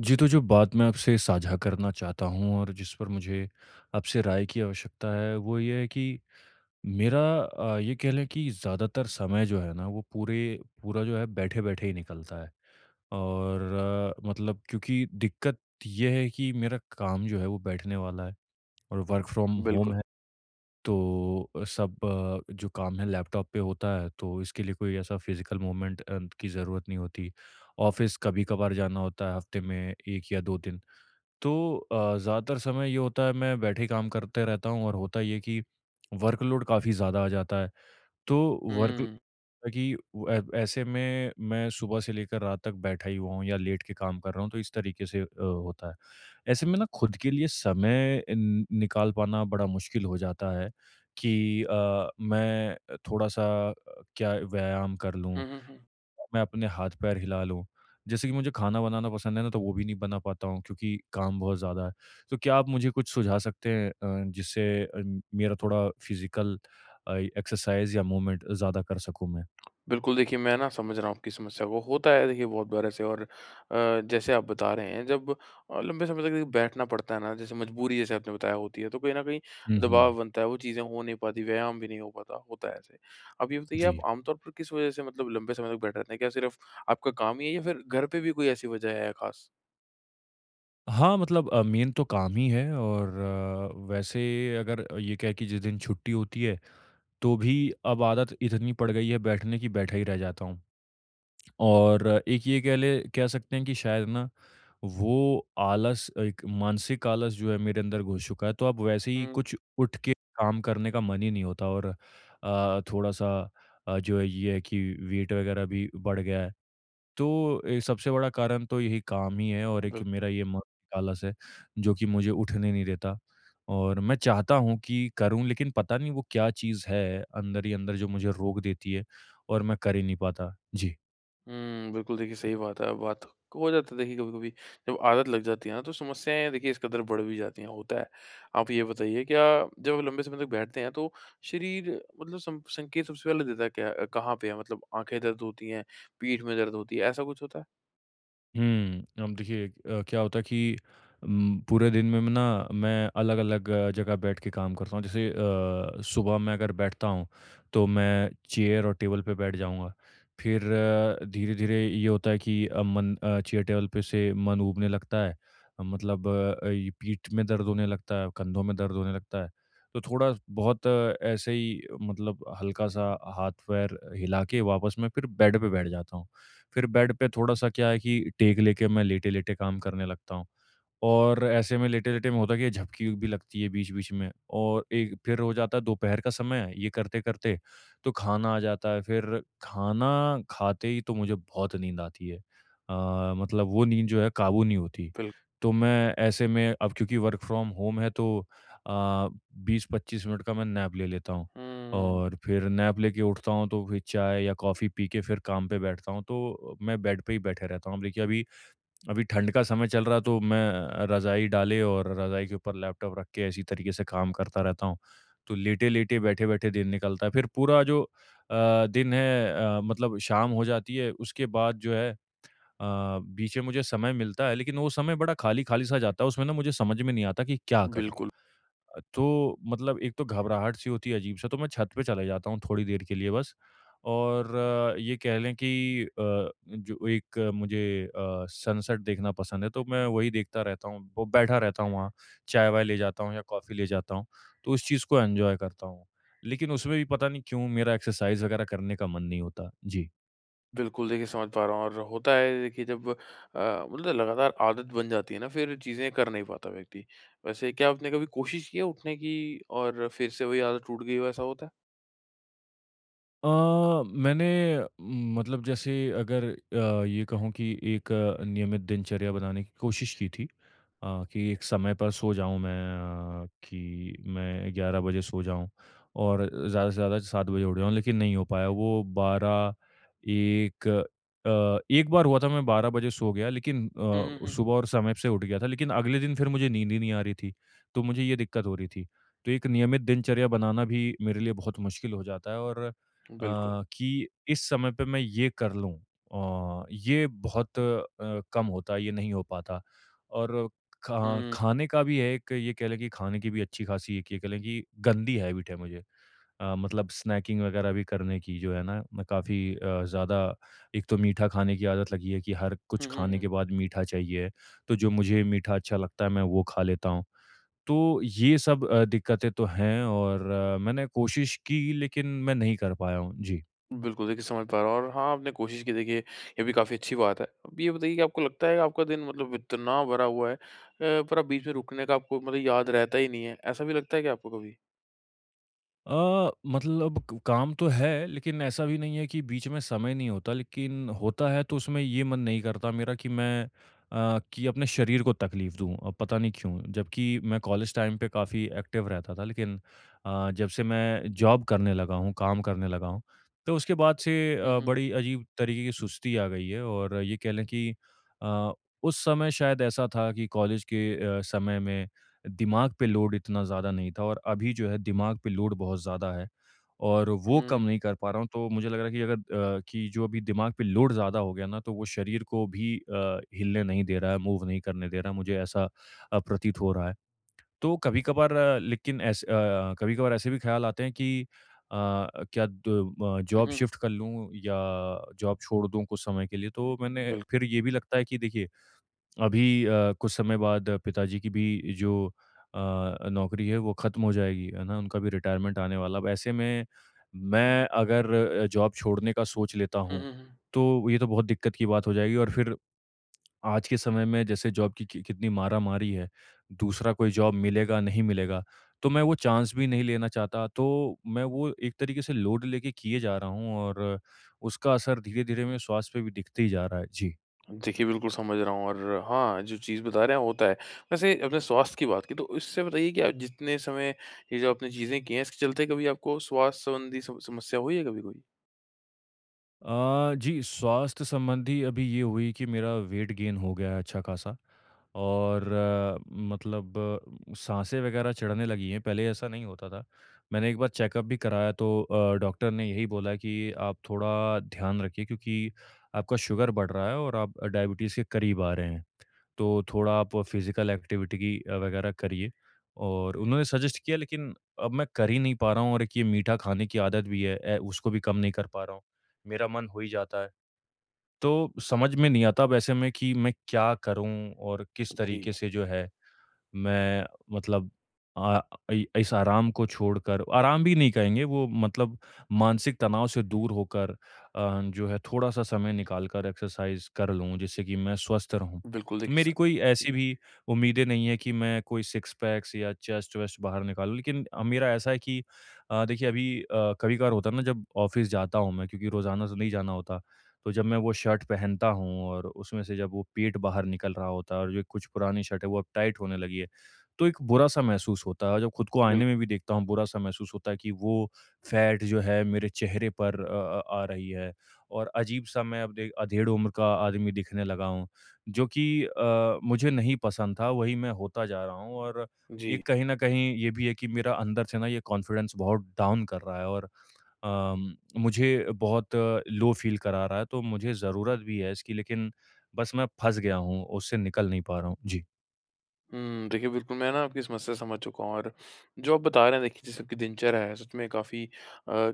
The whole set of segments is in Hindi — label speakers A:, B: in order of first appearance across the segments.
A: जी, तो जो बात मैं आपसे साझा करना चाहता हूँ और जिस पर मुझे आपसे राय की आवश्यकता है, वो ये है कि मेरा ये कह लें कि ज़्यादातर समय जो है ना, वो पूरे पूरा जो है बैठे-बैठे ही निकलता है। और मतलब क्योंकि दिक्कत ये है कि मेरा काम जो है वो बैठने वाला है और वर्क फ्रॉम होम
B: बिल्कुल।
A: है। तो सब जो काम है लैपटॉप पे होता है तो इसके लिए कोई ऐसा फिज़िकल मूवमेंट की ज़रूरत नहीं होती। ऑफ़िस कभी-कभार जाना होता है हफ़्ते में 1 या 2 दिन। तो ज़्यादातर समय ये होता है मैं बैठे काम करते रहता हूँ और होता ये है कि वर्कलोड काफ़ी ज़्यादा आ जाता है। तो वर्क
B: हुँ।
A: कि वो ऐ ऐसे में मैं सुबह से लेकर रात तक बैठा ही हुआ हूँ या लेट के काम कर रहा हूँ, तो इस तरीके से होता है। ऐसे में ना खुद के लिए समय न निकाल पाना बड़ा मुश्किल हो जाता है कि मैं थोड़ा-सा क्या व्यायाम कर लूँ,
B: हुँ, हुँ, हुँ।
A: मैं अपने हाथ-पैर हिला लूँ। जैसे कि मुझे खाना बनाना पसंद है ना, तो वो भी नहीं बना पाता हूँ क्योंकि काम बहुत ज़्यादा है। तो क्या आप मुझे कुछ सुझा सकते हैं जिससे मेरा थोड़ा फिज़िकल एक्सरसाइज़ या मूवमेंट ज़्यादा कर सकूँ मैं?
B: बिल्कुल, देखिए मैं ना समझ रहा हूँ आपकी समस्या को। होता है देखिए बहुत बार ऐसे और जैसे आप बता रहे हैं, जब लंबे समय तक देखिए बैठना पड़ता है ना, जैसे मजबूरी जैसे आपने बताया होती है, तो कहीं न कहीं
A: हुँ,
B: दबाव
A: हुँ।
B: बनता है, वो चीज़ें हो नहीं पाती, व्यायाम भी नहीं हो पाता, होता है ऐसे। अब ये बताइए, आप
A: जी।
B: आमतौर पर किस वज़ह से मतलब लंबे समय तक बैठे रहते हैं? क्या सिर्फ़ आपका काम ही है, या फिर घर पे भी कोई ऐसी वज़ह है ख़ास?
A: हाँ, मतलब मेन तो काम ही है और वैसे अगर ये कहें कि जिस दिन छुट्टी होती है, तो भी अब आदत इतनी पड़ गई है बैठने की, बैठा ही रह जाता हूँ। और एक ये कह सकते हैं कि शायद ना, वो आलस एक मानसिक आलस जो है मेरे अंदर घुस चुका है, तो अब वैसे ही
B: हुँ।
A: कुछ उठ के काम करने का मन ही नहीं होता और थोड़ा-सा जो है ये है कि वेट वगैरह भी बढ़ गया है। तो सबसे बड़ा कारण तो यही काम ही है और एक
B: बिल्कुल।
A: मेरा ये मानसिक आलस है जो कि मुझे उठने नहीं देता और मैं चाहता हूँ कि करूँ लेकिन पता नहीं वो क्या चीज़ है अंदर ही अंदर जो मुझे रोक देती है और मैं कर ही नहीं पाता जी।
B: हुँ, बिल्कुल देखिए सही बात है, बात तो हो जाता है देखिए, कभी-कभी जब आदत लग जाती है ना, तो समस्याएँ देखिए इस कदर बढ़ भी जाती हैं, होता है। आप ये बताइए, क्या जब लंबे समय तक बैठते हैं तो शरीर मतलब सं संकेत सबसे पहले देता है क्या, कहाँ पे है? मतलब आँखें दर्द होती हैं, पीठ में दर्द होती है, ऐसा कुछ होता है?
A: हुँ। अब देखिए क्या होता है कि पूरे दिन में मैं अलग-अलग जगह बैठ के काम करता हूँ। जैसे सुबह मैं अगर बैठता हूँ, तो मैं चेयर और टेबल पे बैठ जाऊँगा। फिर धीरे-धीरे ये होता है कि मन चेयर टेबल पे से मन ऊबने लगता है। मतलब ये पीठ में दर्द होने लगता है, कंधों में दर्द होने लगता है। तो थोड़ा बहुत ऐसे ही मतलब हल्का-सा हाथ-पैर हिला के वापस मैं फिर बेड पे बैठ जाता हूँ। फिर बेड पे थोड़ा-सा क्या है कि टेक लेके मैं लेटे-लेटे काम करने लगता हूँ। और ऐसे में लेटे-लेटे में होता क्या है झपकी भी लगती है बीच-बीच में और एक फिर हो जाता है दोपहर का समय, ये करते-करते तो खाना आ जाता है। फिर खाना खाते ही तो मुझे बहुत नींद आती है। मतलब वो नींद जो है काबू नहीं होती।
B: बिल
A: तो मैं ऐसे में अब क्योंकि वर्क फ्रॉम होम है तो अ, 20-25 मिनट का मैं नैप ले लेता हूँ
B: हुँ,
A: और फिर नैप लेके उठता हूँ तो फिर चाय या कॉफ़ी पी के फिर काम पे बैठता हूँ। तो मैं बेड पे ही बैठे रहता हूँ। अब देखिए अभी अभी ठंड का समय चल रहा तो मैं रज़ाई डाले और रज़ाई के ऊपर लैपटॉप रख के इसी तरीके से काम करता रहता हूँ। तो लेटे-लेटे, बैठे-बैठे दिन निकलता है। फिर पूरा जो दिन है मतलब शाम हो जाती है उसके बाद जो है अ, बीच में मुझे समय मिलता है लेकिन वो समय बड़ा खाली-खाली सा जाता है। उसमें ना मुझे समझ में नहीं आता कि क्या करूँ?
B: बिल्कुल,
A: तो मतलब एक तो घबराहट सी होती है अजीब सा तो मैं छत पे चले जाता हूँ थोड़ी देर के लिए बस और ये कह लें कि जो एक मुझे सनसेट देखना पसंद है तो मैं वही देखता रहता हूँ वो बैठा रहता हूँ वहाँ चाय वाय ले जाता हूँ या कॉफ़ी ले जाता हूँ तो उस चीज़ को एन्जॉय करता हूँ लेकिन उसमें भी पता नहीं क्यों मेरा एक्सरसाइज वगैरह करने का मन नहीं होता जी।
B: बिल्कुल देखिए समझ पा रहा हूँ, और होता है देखिए, जब मतलब लगातार आदत बन जाती है ना, फिर चीज़ें कर नहीं पाता व्यक्ति। वैसे क्या आपने कभी कोशिश की है उठने की, और फिर से वही आदत टूट गई हो, ऐसा होता है?
A: अ, मैंने मतलब जैसे अगर ये कहूँ कि एक नियमित दिनचर्या बनाने की कोशिश की थी कि एक समय पर सो जाऊँ मैं कि मैं 11 बजे सो जाऊँ और ज़्यादा से ज़्यादा 7 बजे उठ जाऊँ लेकिन नहीं हो पाया वो 12 1। एक बार हुआ था मैं 12 बजे सो गया लेकिन
B: हुँ, हुँ, हुँ।
A: सुबह और समय से उठ गया था लेकिन अगले दिन फिर मुझे नींद ही नहीं आ रही थी, तो मुझे ये दिक्कत हो रही थी। तो एक नियमित दिनचर्या बनाना भी मेरे लिए बहुत मुश्किल हो जाता है और
B: बिल्कुल।
A: कि इस समय पे मैं ये कर लूँ ये बहुत कम होता है, ये नहीं हो पाता। और खा
B: हुँ।
A: खाने का भी है एक ये कह लें कि खाने की भी अच्छी खासी एक ये कह लें कि गंदी हैबिट है मुझे। मतलब स्नैकिंग वगैरह भी करने की जो है ना मैं काफ़ी ज़्यादा एक तो मीठा खाने की आदत लगी है कि हर कुछ
B: हुँ, हुँ,
A: खाने
B: हुँ।
A: के बाद मीठा चाहिए, तो जो मुझे मीठा अच्छा लगता है मैं वो खा लेता हूँ। तो ये सब दिक्कतें तो हैं और मैंने कोशिश की लेकिन मैं नहीं कर पाया हूँ। जी।
B: बिल्कुल, देखिए समझ पा रहा हूँ, और हाँ, आपने कोशिश की देखिए, ये भी काफ़ी अच्छी बात है। अब ये बताइए कि आपको लगता है कि आपका दिन मतलब इतना भरा हुआ है पर आप बीच में रुकने का आपको मतलब याद रहता ही नहीं है, ऐसा भी लगता है क्या आपको कभी?
A: मतलब क काम तो है, लेकिन ऐसा भी नहीं है कि बीच में समय नहीं होता, लेकिन होता है तो उसमें ये मन नहीं करता मेरा कि मैं कि अपने शरीर को तकलीफ दूँ। पता नहीं क्यों? जबकि मैं कॉलेज टाइम पे काफ़ी एक्टिव रहता था, लेकिन जब से मैं जॉब करने लगा हूँ, काम करने लगा हूँ, तो उसके बाद से
B: हुँ, हुँ।
A: बड़ी अजीब तरीके की सुस्ती आ गई है और ये कह लें कि अ, उस समय शायद ऐसा था कि कॉलेज के समय में दिमाग पे लोड इतना ज़्यादा नहीं था और अभी जो है दिमाग पे लोड बहुत ज़्यादा है और वो
B: हुँ,
A: कम नहीं कर पा रहा हूँ। तो मुझे लग रहा है कि अगर कि जो अभी दिमाग पे लोड ज़्यादा हो गया ना तो वो शरीर को भी हिलने नहीं दे रहा है, मूव नहीं करने दे रहा है, मुझे ऐसा प्रतीत हो रहा है। तो कभी-कभार लेकिन ऐसे कभी-कभार ऐसे भी ख़्याल आते हैं कि अ, क्या
B: हुँ,
A: जॉब
B: हुँ।
A: शिफ्ट कर लूँ या जॉब छोड़ दूँ कुछ समय के लिए। तो मैंने
B: बिल
A: फिर ये भी लगता है कि देखिए अभी कुछ समय बाद पिताजी की भी जो अ, नौकरी है वो ख़त्म हो जाएगी, है ना? उनका भी रिटायरमेंट आने वाला अब ऐसे में मैं अगर जॉब छोड़ने का सोच लेता
B: हुँ,
A: हूँ,
B: हुँ, हुँ।
A: तो ये तो बहुत दिक्कत की बात हो जाएगी और फिर आज के समय में जैसे जॉब की कि कितनी मारा-मारी है, दूसरा कोई जॉब मिलेगा, नहीं मिलेगा, तो मैं वो चांस भी नहीं लेना चाहता। तो मैं वो एक तरीके से लोड लेके किए जा रहा हूँ और उसका असर धीरे-धीरे मेरे स्वास्थ्य पे भी दिखते ही जा रहा है। जी।
B: देखिए बिल्कुल समझ रहा हूँ, और हाँ, जो चीज़ बता रहे हैं होता है। वैसे आपने स्वास्थ्य की बात की, तो इससे बताइए कि आप जितने समय ये जो आपने चीज़ें की हैं, इसके चलते कभी आपको स्वास्थ्य संबंधी सम समस्या हुई है कभी कोई?
A: जी, स्वास्थ्य संबंधी अभी ये हुई कि मेरा वेट गेन हो गया है अच्छा खासा और मतलब साँसें वग़ैरह चढ़ने लगी हैं, पहले ऐसा नहीं होता था। मैंने एक बार चेकअप भी कराया तो डॉक्टर ने यही बोला कि आप थोड़ा ध्यान रखिए क्योंकि आपका शुगर बढ़ रहा है और आप डायबिटीज़ के करीब आ रहे हैं। तो थोड़ा आप फिज़िकल एक्टिविटी की वगैरह करिए और उन्होंने सजेस्ट किया लेकिन अब मैं कर ही नहीं पा रहा हूँ और एक ये मीठा खाने की आदत भी है उसको भी कम नहीं कर पा रहा हूँ। मेरा मन हो ही जाता है। तो समझ में नहीं आता अब ऐसे में कि मैं क्या करूँ और किस
B: जी।
A: तरीके से जो है मैं मतलब अ, इ इस आराम को छोड़कर आराम भी नहीं कहेंगे वो मतलब मानसिक तनाव से दूर होकर जो है थोड़ा-सा समय निकाल कर एक्सरसाइज़ कर लूँ, जिससे कि मैं स्वस्थ रहूँ।
B: बिल्कुल देखिए
A: मेरी
B: स
A: कोई
B: जी,
A: ऐसी भी उम्मीदें नहीं है कि मैं कोई सिक्स पैक्स या चेस्ट-वेस्ट बाहर निकालूँ, लेकिन मेरा ऐसा है कि देखिए अभी कभी-कभार होता है ना जब ऑफ़िस जाता हूँ मैं क्योंकि रोज़ाना तो नहीं जाना होता। तो जब मैं वो शर्ट पहनता हूँ और उसमें से जब वो पेट बाहर निकल रहा होता है और जो कुछ पुरानी शर्ट है वो अब टाइट होने लगी है, तो एक बुरा-सा महसूस होता है और जब खुद को आईने
B: बिल्कुल।
A: में भी देखता हूँ, बुरा-सा महसूस होता है कि वो फैट जो है मेरे चेहरे पर आ रही है और अजीब-सा मैं अब दे अधेड़ उम्र का आदमी दिखने लगा हूँ, जो कि मुझे नहीं पसंद था, वही मैं होता जा रहा हूँ और ये
B: जी।
A: कहीं न कहीं ये भी है कि मेरा अंदर से ना ये कॉन्फिडेंस बहुत डाउन कर रहा है और अम, मुझे बहुत लो फ़ील करा रहा है, तो मुझे ज़रूरत भी है इसकी लेकिन बस मैं फँस गया हूँ, उससे निकल नहीं पा रहा हूँ। जी।
B: हुँ, देखिए बिल्कुल, मैं ना आपकी समस्या समझ चुका हूँ, और जो आप बता रहे हैं देखिए, जैसे आपकी दिनचर्या है सच में काफ़ी,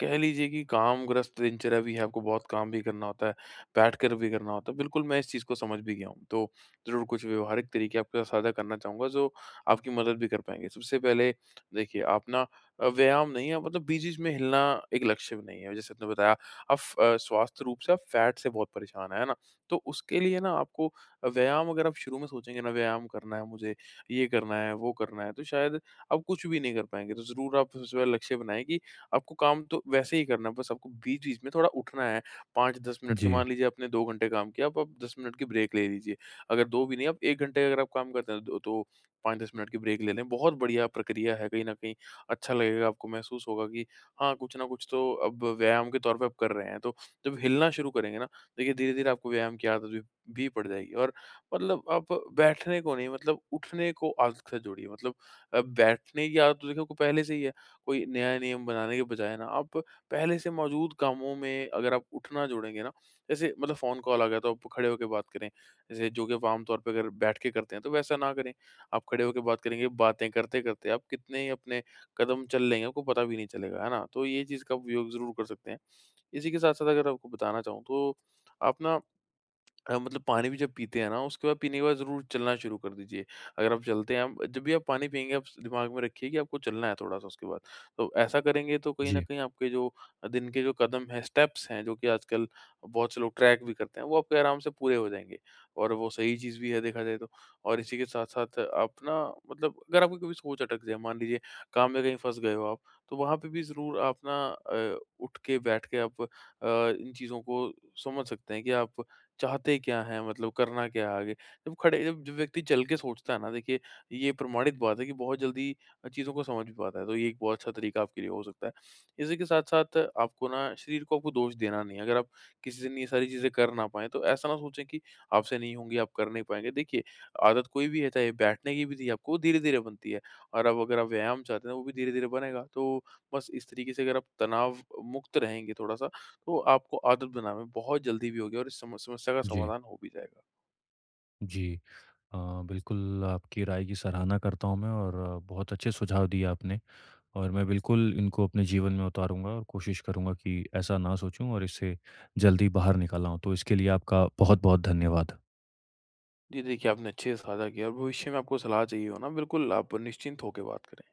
B: कह लीजिए कि कामग्रस्त दिनचर्या भी है, आपको बहुत काम भी करना होता है, बैठकर भी करना होता है। बिल्कुल, मैं इस चीज़ को समझ भी गया हूँ। तो ज़रूर कुछ व्यवहारिक तरीके आपके साथ साझा करना चाहूँगा, जो आपकी मदद भी कर पाएँगे। सबसे पहले देखिए, आप ना व्यायाम नहीं है, मतलब बीच-बीच में हिलना एक लक्ष्य भी नहीं है। जैसे आपने बताया, आप स्वास्थ्य रूप से आप फैट से बहुत परेशान हैं, है ना? तो उसके लिए ना, आपको व्यायाम अगर आप शुरू में सोचेंगे ना, व्यायाम करना है मुझे, ये करना है, वो करना है, तो शायद आप कुछ भी नहीं कर पाएँगे। तो ज़रूर आप सबसे पहले लक्ष्य बनाएँ कि आपको काम तो वैसे ही करना है, बस आपको बीच-बीच में थोड़ा उठना है। 5-10 मिनट के,
A: जी,
B: मान लीजिए आपने 2 घंटे काम किया, अब आप 10 मिनट की ब्रेक ले लीजिए। अगर 2 भी नहीं, आप 1 घंटे अगर आप काम करते हैं, तो 5-10 मिनट की ब्रेक ले लें, बहुत बढ़िया प्रक्रिया है। कहीं न कहीं अच्छा लगेगा, आपको महसूस होगा कि हाँ, कुछ ना कुछ तो अब व्यायाम के तौर पे आप कर रहे हैं। तो जब हिलना शुरू करेंगे ना, देखिए धीरे-धीरे आपको व्यायाम की आदत भी पड़ जाएगी। और मतलब, आप बैठने को नहीं मतलब उठने को आदत से जोड़िए। मतलब, बैठने की आदत तो देखिए आपको पहले से ही है। कोई नया नियम बनाने के बजाय ना, आप पहले से मौजूद कामों में अगर आप उठना जोड़ेंगे ना, जैसे मतलब फ़ोन कॉल आ गया तो आप खड़े होके बात करें। जैसे जो कि आप आम तौर पे अगर बैठ के करते हैं, तो वैसा ना करें। आप खड़े होके बात करेंगे, बातें करते-करते आप कितने ही अपने कदम चल लेंगे, आपको पता भी नहीं चलेगा, है ना? तो ये चीज़ का उपयोग ज़रूर कर सकते हैं। इसी के साथ-साथ अगर आपको बताना चाहूँ, तो आप ना मतलब पानी भी जब पीते हैं ना, उसके बाद, पीने के बाद ज़रूर चलना शुरू कर दीजिए। अगर आप चलते हैं, आप जब भी आप पानी पिएँगे, आप स दिमाग में रखिए कि आपको चलना है थोड़ा-सा उसके बाद। तो ऐसा करेंगे तो कहीं न
A: जी,
B: कहीं आपके जो दिन के जो कदम हैं, स्टेप्स हैं, जो कि आजकल बहुत से लोग ट्रैक भी करते हैं, वो आपके आराम से पूरे हो जाएँगे। और वो सही चीज़ भी है, देखा जाए तो। और इसी के साथ-साथ आप ना, मतलब अगर आपकी कभी सोच अटक जाए, मान लीजिए काम में कहीं फँस गए हो आप, तो वहाँ पे भी ज़रूर आप ना, उठ के बैठ के आप इन चीज़ों को समझ सकते हैं कि आप चाहते क्या हैं, मतलब करना क्या है आगे। जब खड़े जब जब व्यक्ति चल के सोचता है ना, देखिए ये प्रमाणित बात है कि बहुत जल्दी चीज़ों को समझ भी पाता है, तो ये एक बहुत अच्छा तरीका आपके लिए हो सकता है। इसी के साथ-साथ आपको ना, शरीर को आपको दोष देना नहीं है। अगर आप किसी दिन ये सारी चीज़ें कर ना पाएँ, तो ऐसा ना सोचें कि आपसे नहीं होंगी, आप कर नहीं पाएँगे। देखिए आदत कोई भी है, चाहे बैठने की भी थी आपको, वो धीरे-धीरे बनती है, और अब अगर आप व्यायाम चाहते हैं, वो भी धीरे-धीरे बनेगा। तो बस इस तरीके से अगर आप तनाव मुक्त रहेंगे थोड़ा-सा, तो आपको आदत बनाने में बहुत जल्दी भी होगी, और इस सम समस्या का
A: जी,
B: समाधान हो भी जाएगा।
A: जी। अ, बिल्कुल आपकी राय की सराहना करता हूँ मैं और बहुत अच्छे सुझाव दिए आपने और मैं बिल्कुल इनको अपने जीवन में उतारूँगा और कोशिश करूँगा कि ऐसा ना सोचूँ और इससे जल्दी बाहर निकल आऊँ। तो इसके लिए आपका बहुत-बहुत धन्यवाद।
B: जी, देखिए आपने अच्छे से साझा किया, और भविष्य में आपको सलाह चाहिए हो ना, बिल्कुल आप निश्चिंत होके बात करें।